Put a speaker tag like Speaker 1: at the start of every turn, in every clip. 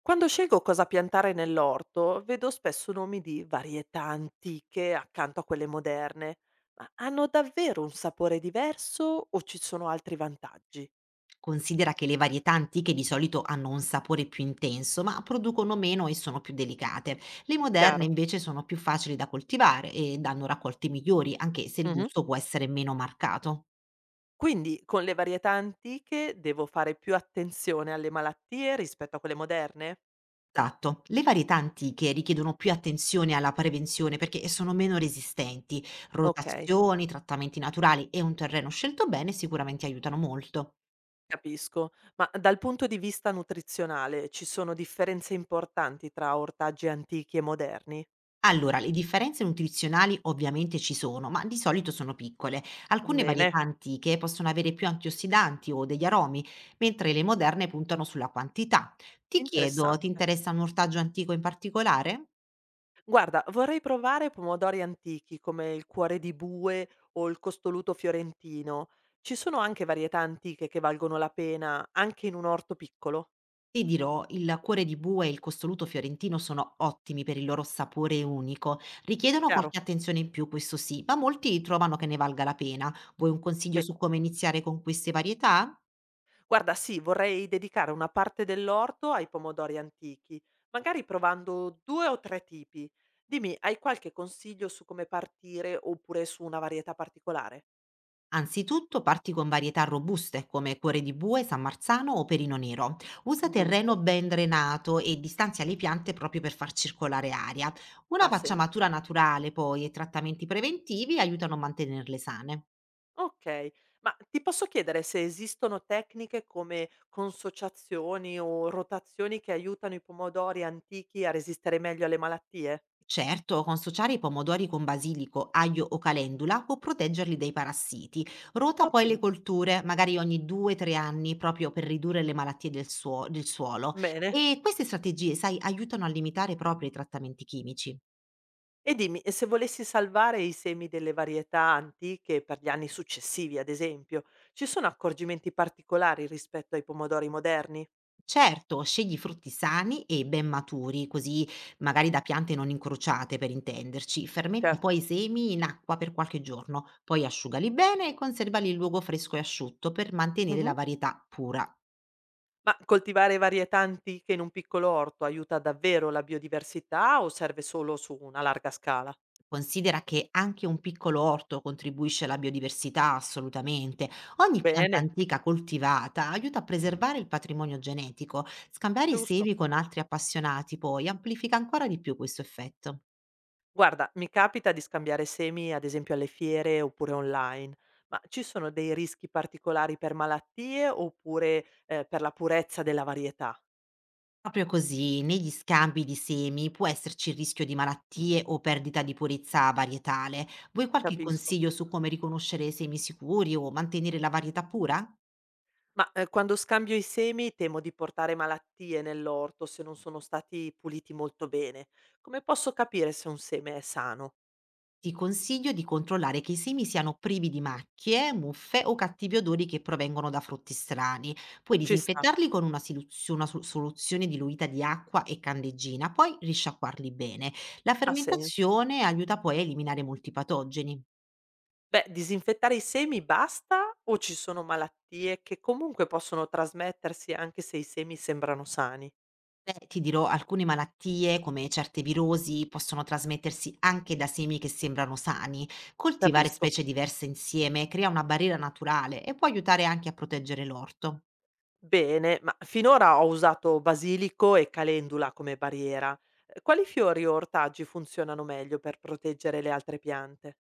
Speaker 1: Quando scelgo cosa piantare nell'orto, vedo spesso nomi di varietà antiche accanto a quelle moderne, ma hanno davvero un sapore diverso o ci sono altri vantaggi?
Speaker 2: Considera che le varietà antiche di solito hanno un sapore più intenso, ma producono meno e sono più delicate. Le moderne
Speaker 1: Chiaro.
Speaker 2: invece sono più facili da coltivare e danno raccolti migliori, anche se il
Speaker 1: Mhm.
Speaker 2: gusto può essere meno marcato.
Speaker 1: Quindi con le varietà antiche devo fare più attenzione alle malattie rispetto a quelle moderne?
Speaker 2: Esatto. Le varietà antiche richiedono più attenzione alla prevenzione perché sono meno resistenti.
Speaker 1: Ok.
Speaker 2: Rotazioni, trattamenti naturali e un terreno scelto bene sicuramente aiutano molto.
Speaker 1: Capisco, ma dal punto di vista nutrizionale ci sono differenze importanti tra ortaggi antichi e moderni?
Speaker 2: Allora, le differenze nutrizionali ovviamente ci sono, ma di solito sono piccole. Alcune
Speaker 1: Bene,
Speaker 2: varietà antiche possono avere più antiossidanti o degli aromi, mentre le moderne puntano sulla quantità. Ti chiedo, ti
Speaker 1: interessante.
Speaker 2: interessa un ortaggio antico in particolare?
Speaker 1: Guarda, vorrei provare pomodori antichi come il cuore di bue o il costoluto fiorentino. Ci sono anche varietà antiche che valgono la pena, anche in un orto piccolo?
Speaker 2: Ti dirò, il cuore di bue e il costoluto fiorentino sono ottimi per il loro sapore unico. Richiedono
Speaker 1: Chiaro?
Speaker 2: qualche attenzione in più, questo sì, ma molti trovano che ne valga la pena. Vuoi un consiglio
Speaker 1: Beh,
Speaker 2: su come iniziare con queste varietà?
Speaker 1: guarda, sì, vorrei dedicare una parte dell'orto ai pomodori antichi, magari provando due o tre tipi. Dimmi, hai qualche consiglio su come partire oppure su una varietà particolare?
Speaker 2: Anzitutto parti con varietà robuste come cuore di bue, San Marzano o Perino Nero. Usa terreno
Speaker 1: Giusto,
Speaker 2: ben drenato e distanzia le piante proprio per far circolare aria. Una
Speaker 1: ha
Speaker 2: pacciamatura
Speaker 1: senso.
Speaker 2: naturale poi e trattamenti preventivi aiutano a mantenerle sane.
Speaker 1: Okay, ma ti posso chiedere se esistono tecniche come consociazioni o rotazioni che aiutano i pomodori antichi a resistere meglio alle malattie?
Speaker 2: Certo, consociare i pomodori con basilico, aglio o calendula può proteggerli dai parassiti. Rota poi le
Speaker 1: Ottimo,
Speaker 2: colture, magari ogni 2-3 anni, proprio per ridurre le malattie del suolo.
Speaker 1: bene.
Speaker 2: E queste strategie, sai, aiutano a limitare proprio i trattamenti chimici.
Speaker 1: E dimmi, e se volessi salvare i semi delle varietà antiche per gli anni successivi, ad esempio, ci sono accorgimenti particolari rispetto ai pomodori moderni?
Speaker 2: Certo, scegli frutti sani e ben maturi, così magari da piante non incrociate per intenderci. Fermenta
Speaker 1: Certo.
Speaker 2: poi i semi in acqua per qualche giorno, poi asciugali bene e conservali in luogo fresco e asciutto per mantenere
Speaker 1: Mh-mh.
Speaker 2: la varietà pura.
Speaker 1: Ma coltivare varietà antiche in un piccolo orto aiuta davvero la biodiversità o serve solo su una larga scala?
Speaker 2: Considera che anche un piccolo orto contribuisce alla biodiversità assolutamente. Ogni pianta
Speaker 1: Bene,
Speaker 2: antica coltivata aiuta a preservare il patrimonio genetico. Scambiare i
Speaker 1: giusto.
Speaker 2: semi con altri appassionati poi amplifica ancora di più questo effetto.
Speaker 1: Guarda, mi capita di scambiare semi, ad esempio alle fiere oppure online, ma ci sono dei rischi particolari per malattie oppure per la purezza della varietà?
Speaker 2: Proprio così, negli scambi di semi può esserci il rischio di malattie o perdita di purezza varietale. Vuoi qualche
Speaker 1: Capisco.
Speaker 2: consiglio su come riconoscere semi sicuri o mantenere la varietà pura?
Speaker 1: Ma quando scambio i semi temo di portare malattie nell'orto se non sono stati puliti molto bene. Come posso capire se un seme è sano?
Speaker 2: Ti consiglio di controllare che i semi siano privi di macchie, muffe o cattivi odori che provengono da frutti strani. Puoi
Speaker 1: Ci sta,
Speaker 2: disinfettarli con una, siluzio- una sol- soluzione diluita di acqua e candeggina, poi risciacquarli bene. La
Speaker 1: ha senso.
Speaker 2: fermentazione aiuta poi a eliminare molti patogeni.
Speaker 1: Beh, disinfettare i semi basta o ci sono malattie che comunque possono trasmettersi anche se i semi sembrano sani?
Speaker 2: Beh, ti dirò, alcune malattie, come certe virosi, possono trasmettersi anche da semi che sembrano sani. Coltivare
Speaker 1: Capisco.
Speaker 2: specie diverse insieme crea una barriera naturale e può aiutare anche a proteggere l'orto.
Speaker 1: Bene, ma finora ho usato basilico e calendula come barriera. Quali fiori o ortaggi funzionano meglio per proteggere le altre piante?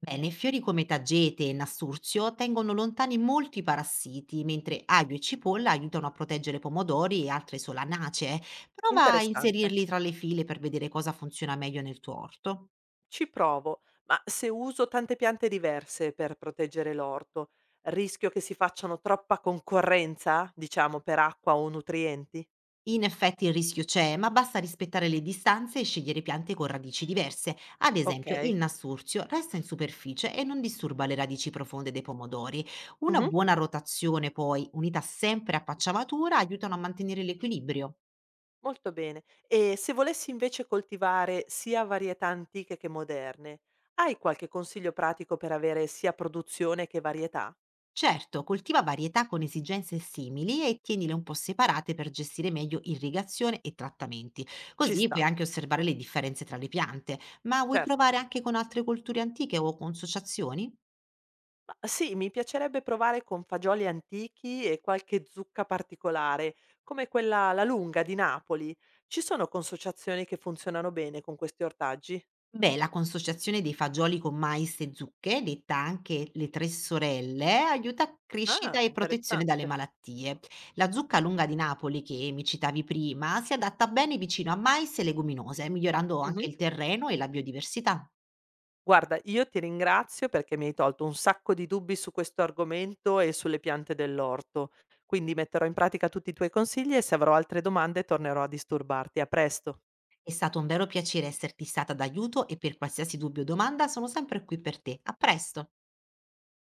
Speaker 2: Bene, fiori come tagete e nasturzio tengono lontani molti parassiti, mentre aglio e cipolla aiutano a proteggere pomodori e altre solanacee. Prova a
Speaker 1: Interessante.
Speaker 2: inserirli tra le file per vedere cosa funziona meglio nel tuo orto.
Speaker 1: Ci provo, ma se uso tante piante diverse per proteggere l'orto, rischio che si facciano troppa concorrenza, diciamo, per acqua o nutrienti?
Speaker 2: In effetti il rischio c'è, ma basta rispettare le distanze e scegliere piante con radici diverse. Ad
Speaker 1: Ok.
Speaker 2: esempio, il nasturzio resta in superficie e non disturba le radici profonde dei pomodori. Una
Speaker 1: Mhm.
Speaker 2: buona rotazione, poi, unita sempre a pacciamatura, aiutano a mantenere l'equilibrio.
Speaker 1: Molto bene. E se volessi invece coltivare sia varietà antiche che moderne, hai qualche consiglio pratico per avere sia produzione che varietà?
Speaker 2: Certo, coltiva varietà con esigenze simili e tienile un po' separate per gestire meglio irrigazione e trattamenti.
Speaker 1: Ci
Speaker 2: Così puoi
Speaker 1: sta,
Speaker 2: anche osservare le differenze tra le piante. Ma vuoi
Speaker 1: certo.
Speaker 2: provare anche con altre colture antiche o con associazioni?
Speaker 1: Ma sì, mi piacerebbe provare con fagioli antichi e qualche zucca particolare, come quella La Lunga di Napoli. Ci sono consociazioni che funzionano bene con questi ortaggi?
Speaker 2: Beh, la consociazione dei fagioli con mais e zucche, detta anche le tre sorelle, aiuta a crescita
Speaker 1: Ah,
Speaker 2: e protezione dalle
Speaker 1: interessante.
Speaker 2: malattie. La zucca lunga di Napoli, che mi citavi prima, si adatta bene vicino a mais e leguminose, migliorando anche il terreno e la biodiversità.
Speaker 1: Guarda, io ti ringrazio perché mi hai tolto un sacco di dubbi su questo argomento e sulle piante dell'orto. Quindi metterò in pratica tutti i tuoi consigli e se avrò altre domande tornerò a disturbarti. A presto.
Speaker 2: È stato un vero piacere esserti stata d'aiuto e per qualsiasi dubbio o domanda sono sempre qui per te. A presto!